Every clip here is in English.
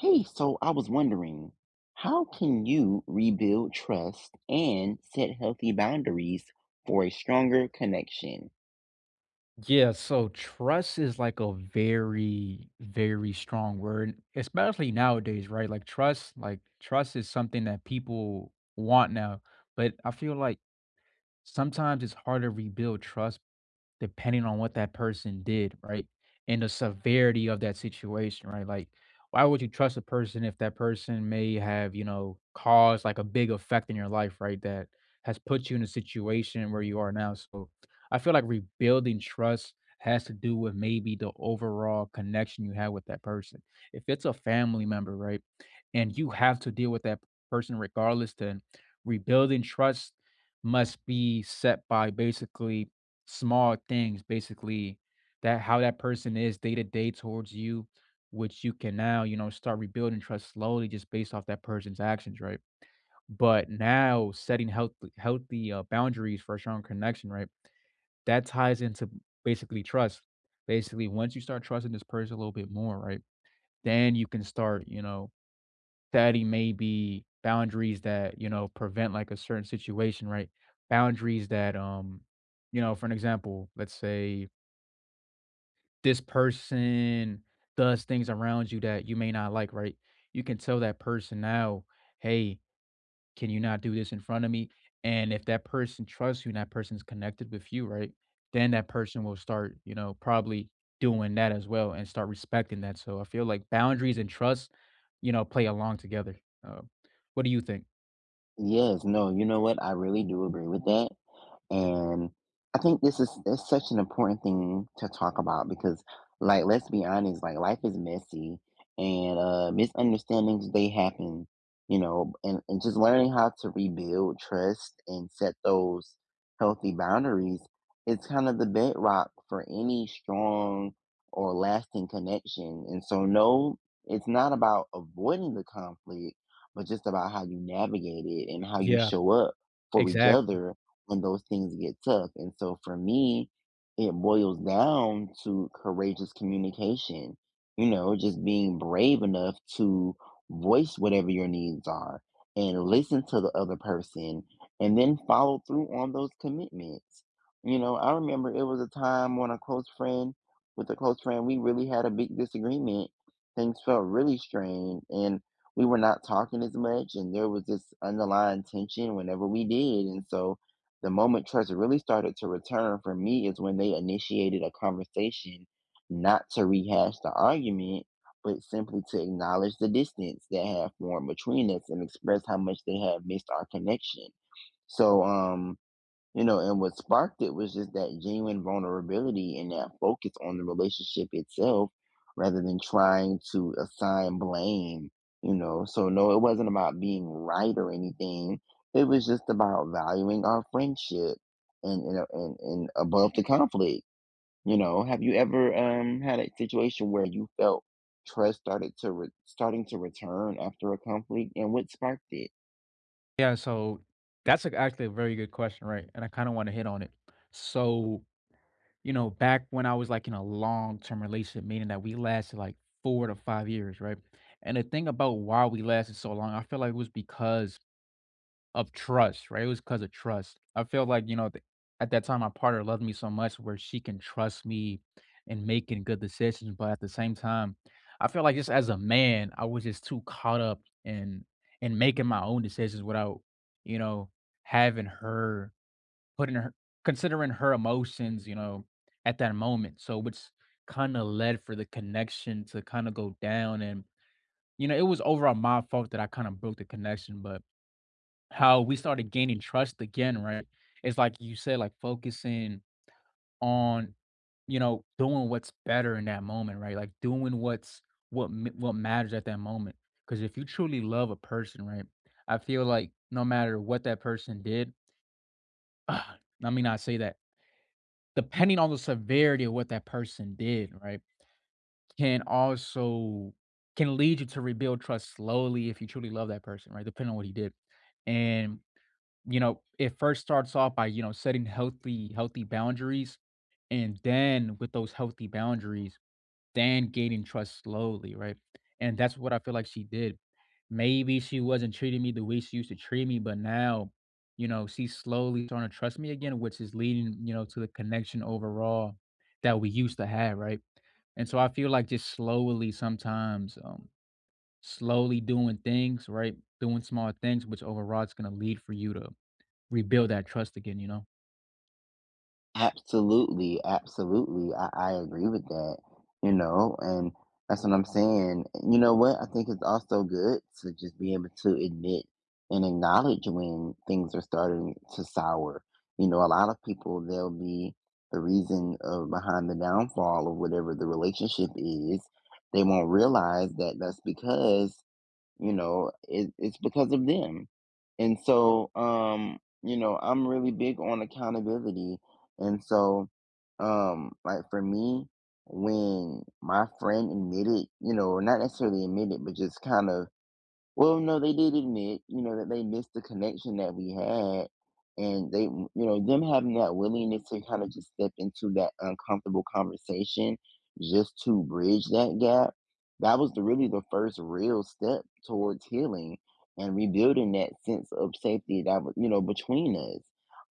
Hey, so I was wondering, how can you rebuild trust and set healthy boundaries for a stronger connection? Yeah, so trust is like a very strong word, especially nowadays, right? Like trust is something that people want now, but I feel like sometimes it's hard to rebuild trust depending on what that person did, right? And the severity of that situation, right? Like, why would you trust a person if that person may have, you know, caused like a big effect in your life, right? That has put you in a situation where you are now. So I feel like rebuilding trust has to do with maybe the overall connection you have with that person. If it's a family member, right? And you have to deal with that person regardless, then rebuilding trust must be set by basically small things basically that how that person is day to day towards you, which you can now, you know, start rebuilding trust slowly just based off that person's actions, right? But now setting healthy boundaries for a strong connection, right? That ties into basically trust. Basically, once you start trusting this person a little bit more, right? Then you can start, you know, setting maybe boundaries that, you know, prevent like a certain situation, right? Boundaries that you know, for an example, let's say this person does things around you that you may not like, right? You can tell that person now, "Hey, can you not do this in front of me?" And if that person trusts you and that person's connected with you, right, then that person will start, you know, probably doing that as well and start respecting that. So I feel like boundaries and trust, you know, play along together. Uh, what do you think? Yes, no, you know what? I really do agree with that. And I think this is it's such an important thing to talk about because, let's be honest, like life is messy and misunderstandings they happen, you know, and just learning how to rebuild trust and set those healthy boundaries is kind of the bedrock for any strong or lasting connection. And so no, it's not about avoiding the conflict, but just about how you navigate it and how you Yeah, show up for each exactly. other when those things get tough. And so for me, it boils down to courageous communication, you know, just being brave enough to voice whatever your needs are and listen to the other person and then follow through on those commitments. You know, I remember it was a time when with a close friend, we really had a big disagreement. Things felt really strange and we were not talking as much, and there was this underlying tension whenever we did. And so the moment trust really started to return for me is when they initiated a conversation, not to rehash the argument, but simply to acknowledge the distance that had formed between us and express how much they had missed our connection. So, you know, and what sparked it was just that genuine vulnerability and that focus on the relationship itself rather than trying to assign blame, you know. So, no, it wasn't about being right or anything. It was just about valuing our friendship, and, and above the conflict. You know, have you ever had a situation where you felt trust started to re- starting to return after a conflict, and what sparked it? Yeah, so that's actually a very good question, right? And I kind of want to hit on it. So you know, back when I was like in a long-term relationship, meaning that we lasted like 4 to 5 years, right? And the thing about why we lasted so long, I feel like it was because of trust, right? It was because of trust. I felt like, you know, th at that time, my partner loved me so much where she can trust me in making good decisions, but at the same time, I feel like just as a man, I was just too caught up in making my own decisions without, you know, having her putting her considering her emotions, you know, at that moment. So which kinda led for the connection to kinda go down and, you know, it was overall my fault that I kinda broke the connection, but how we started gaining trust again, right? It's like you said, like focusing on, you know, doing what's better in that moment, right? Like doing what matters at that moment. Because if you truly love a person, right, I feel like no matter what that person did, let me not say that depending on the severity of what that person did, right, can also can lead you to rebuild trust slowly if you truly love that person, right, depending on what he did. And, you know, it first starts off by, you know, setting healthy boundaries, and then with those healthy boundaries then gaining trust slowly, right? And that's what I feel like she did. Maybe she wasn't treating me the way she used to treat me, but now, you know, she's slowly starting to trust me again, which is leading, you know, to the connection overall that we used to have, right? And so I feel like just slowly sometimes, slowly doing things, right? Doing small things, which overall it's gonna lead for you to rebuild that trust again, you know? Absolutely, absolutely. I agree with that, you know, and that's what I'm saying. You know what? I think it's also good to just be able to admit and acknowledge when things are starting to sour. You know, a lot of people, they'll be the reason of behind the downfall of whatever the relationship is. They won't realize that that's because you know, it's because of them. And so, you know, I'm really big on accountability. And so, like for me, when my friend admitted, you know, not necessarily admitted but just kind of well, no, they did admit, you know, that they missed the connection that we had. And they, you know, them having that willingness to kind of just step into that uncomfortable conversation just to bridge that gap, that was really the first real step towards healing and rebuilding that sense of safety that was, you know, between us.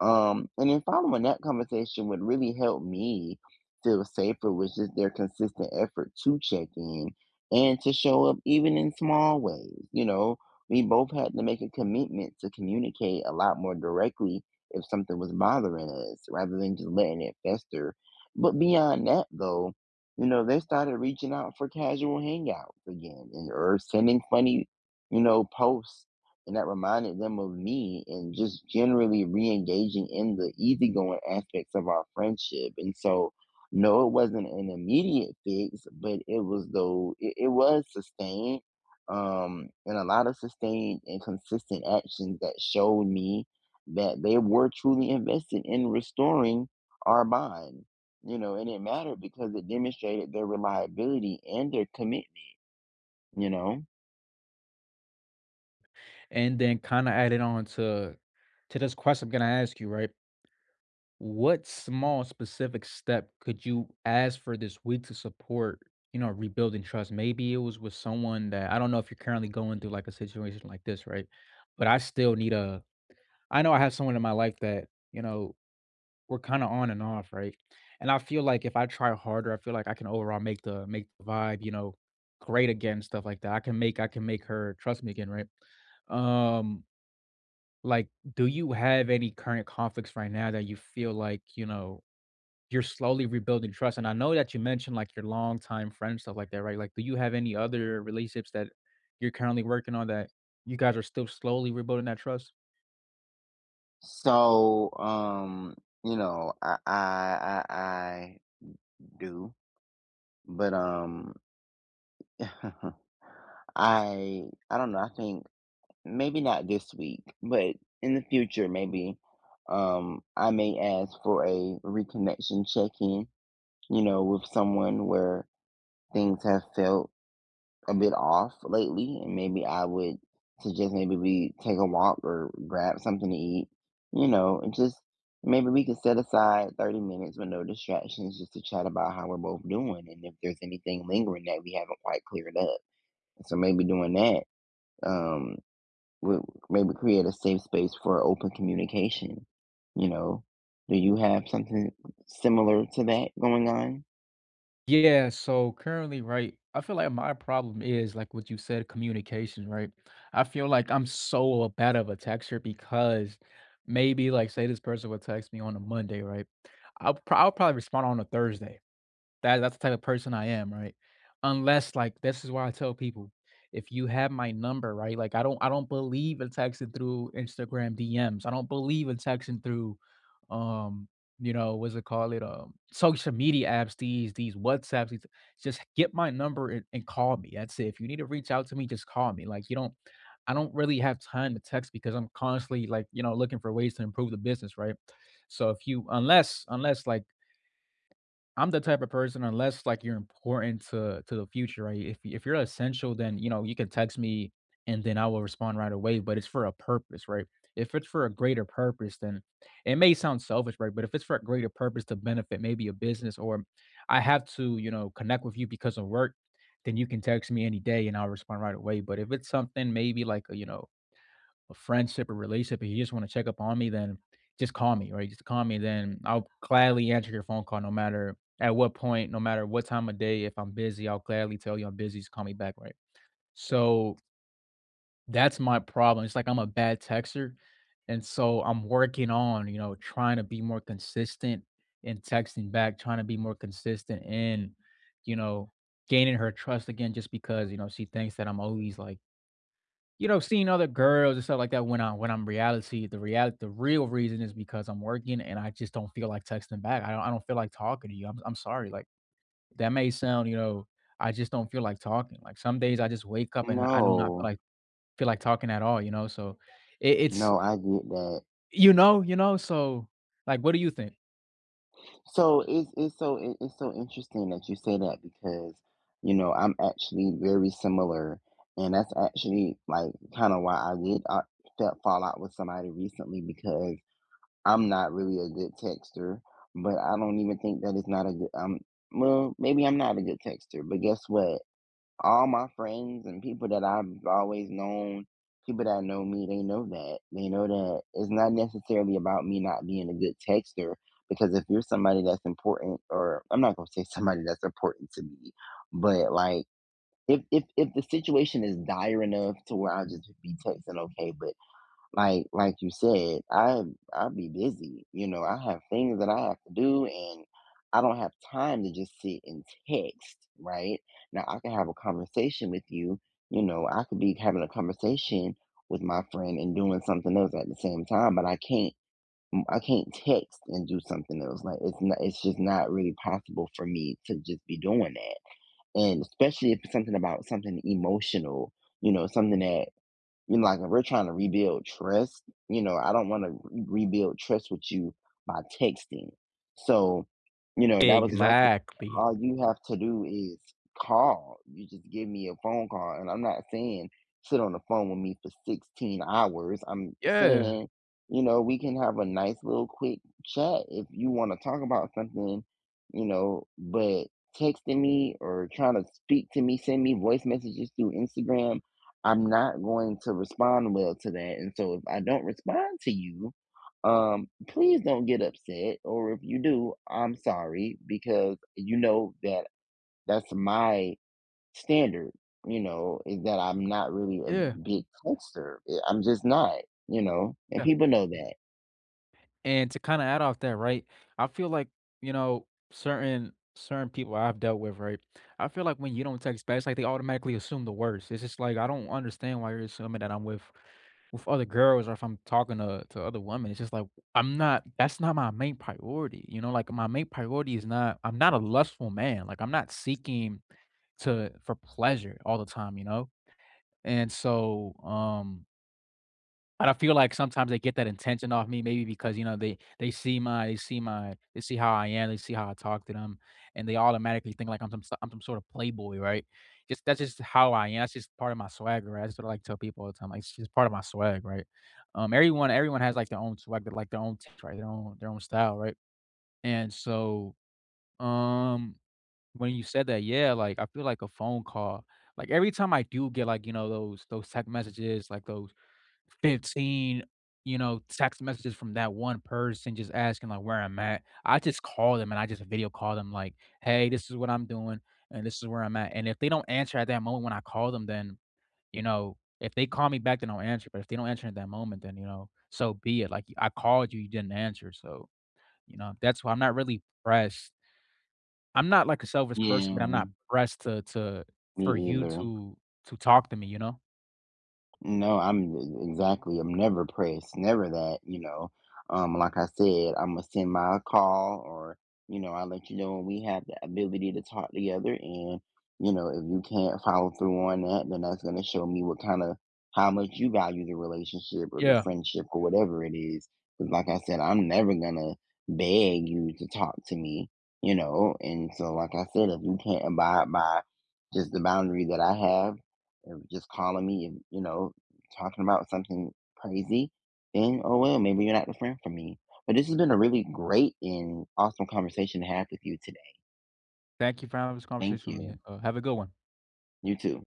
And then following that conversation, would really help me feel safer was just their consistent effort to check in and to show up even in small ways. You know, we both had to make a commitment to communicate a lot more directly if something was bothering us rather than just letting it fester. But beyond that, though, you know, they started reaching out for casual hangouts again, and or sending funny, you know, posts And that reminded them of me, and just generally re engaging in the easygoing aspects of our friendship. And so no, it wasn't an immediate fix, but it was sustained. And a lot of sustained and consistent actions that showed me that they were truly invested in restoring our bond, you know. And it mattered because it demonstrated their reliability and their commitment, you know. And then kind of added on to this question I'm gonna ask you, right? What small specific step could you ask for this week to support, you know, rebuilding trust? Maybe it was with someone that I don't know if you're currently going through like a situation like this, right? But I still need a, I know I have someone in my life that, you know, we're kind of on and off, right? And I feel like if I try harder, I feel like I can overall make the vibe, you know, great again, stuff like that. I can make her trust me again, right? Um, like, do you have any current conflicts right now that you feel like, you know, you're slowly rebuilding trust. And I know that you mentioned like your longtime friend, stuff like that, right? Like, do you have any other relationships that you're currently working on that you guys are still slowly rebuilding that trust? So, you know, I do, but I I don't know. I think maybe not this week, but in the future, maybe, I may ask for a reconnection check-in, you know, with someone where things have felt a bit off lately, and maybe I would suggest maybe we take a walk or grab something to eat, you know, and just maybe we could set aside 30 minutes with no distractions just to chat about how we're both doing and if there's anything lingering that we haven't quite cleared up. So maybe doing that, um, w- maybe create a safe space for open communication. You know, do you have something similar to that going on? Yeah, so currently, right, I feel like my problem is like what you said, communication, right? I feel like I'm so bad of a texter because maybe like say this person would text me on a Monday, right? I'll probably respond on a Thursday. That's the type of person I am, right? Unless, like this is why I tell people, if you have my number, right? Like I don't believe in texting through Instagram DMs. I don't believe in texting through um, you know, what's it called it? Social media apps, these WhatsApps, these, just get my number and call me. That's it. If you need to reach out to me, just call me. Like you don't I don't really have time to text because I'm constantly like, you know, looking for ways to improve the business, right? So if you unless unless like I'm the type of person unless, like, you're important to the future, right? If you're essential, then, you know, you can text me and then I will respond right away, but it's for a purpose, right? If it's for a greater purpose, then it may sound selfish, right? But if it's for a greater purpose to benefit maybe a business or I have to, you know, connect with you because of work, then you can text me any day and I'll respond right away. But if it's something maybe like, a, you know, a friendship or relationship, if you just want to check up on me, then just call me, right? Just call me, then I'll gladly answer your phone call no matter at what point, no matter what time of day. If I'm busy, I'll gladly tell you I'm busy. Just call me back, right? So that's my problem. It's like I'm a bad texter. And so I'm working on, you know, trying to be more consistent in texting back, trying to be more consistent in, you know, gaining her trust again, just because, you know, she thinks that I'm always like, you know, seeing other girls and stuff like that when I'm reality, the real reason is because I'm working and I just don't feel like texting back. I don't feel like talking to you. I'm sorry. Like that may sound, you know, I just don't feel like talking. Like some days I just wake up and I do not No, feel like talking at all. You know, so it, it's no, I get that. You know, so like, what do you think? So it's so interesting that you say that because, you know, I'm actually very similar, and that's actually like kind of why I felt fall out with somebody recently, because I'm not really a good texter, but I don't even think that it's not a good maybe I'm not a good texter, but guess what? All my friends and people that I've always known, people that know me, they know that. They know that it's not necessarily about me not being a good texter, because if you're somebody that's important, or I'm not going to say somebody that's important to me, but like, if the situation is dire enough to where I'll just be texting, okay. But like you said, I'll be busy. You know, I have things that I have to do, and I don't have time to just sit and text, right? Now I can have a conversation with you. You know, I could be having a conversation with my friend and doing something else at the same time, but I can't text and do something else. It's just not really possible for me to just be doing that. And especially if it's something about something emotional, you know, something that, you know, like, if we're trying to rebuild trust, you know, I don't wanna re rebuild trust with you by texting. So, you know, that was my thing. Exactly. All you have to do is call. You just give me a phone call, and I'm not saying sit on the phone with me for 16 hours. I'm Yeah. saying, you know, we can have a nice little quick chat if you wanna talk about something, you know. But texting me or trying to speak to me, send me voice messages through Instagram, I'm not going to respond well to that. And so if I don't respond to you, please don't get upset. Or if you do, I'm sorry, because you know that that's my standard, you know, is that I'm not really a Yeah. big texter. Eh, I'm just not, you know, and people know that. And to kinda add off that, right, I feel like, you know, certain people I've dealt with, right, I feel like when you don't text back, it's like they automatically assume the worst. It's just like, I don't understand why you're assuming that I'm with other girls or if I'm talking to other women. It's just like, I'm not that's not my main priority, you know? Like, my main priority is not I'm not a lustful man. Like, I'm not seeking to for pleasure all the time, you know? And so, and I feel like sometimes they get that intention off me, maybe because you know they see how I am, they see how I talk to them, and they automatically think like I'm some sort of playboy, right? Just that's just how I am. That's just part of my swag, right? That's what I like to tell people all the time. Like it's just part of my swag, right? Everyone has like their own swag, like their own taste, right, their own style, right? And so, um, when you said that, yeah, like I feel like a phone call. Like every time I do get like you know those text messages, like those 15, you know, text messages from that one person just asking, like, where I'm at. I just call them and I just video call them, like, "Hey, this is what I'm doing, and this is where I'm at." And if they don't answer at that moment when I call them, then, you know, if they call me back, then I'll answer. But if they don't answer at that moment, then, you know, so be it. Like, I called you, you didn't answer. So, you know, that's why I'm not really pressed. I'm not like a selfish person, but I'm Yeah, not pressed to me for you either. To talk to me, you know? No, I'm exactly. I'm never pressed. Never that, you know. Like I said, I'm gonna send my call, or, you know, I'll let you know when we have the ability to talk together. And, you know, if you can't follow through on that, then that's gonna show me what kind of how much you value the relationship or the Yeah. friendship or whatever it is. Because like I said, I'm never gonna beg you to talk to me, you know. And so like I said, if you can't abide by just the boundary that I have, of just calling me, and, you know, talking about something crazy, then oh well, maybe you're not the friend for me. But this has been a really great and awesome conversation to have with you today. Thank you for having this Thank conversation with me. you. Have a good one. You too.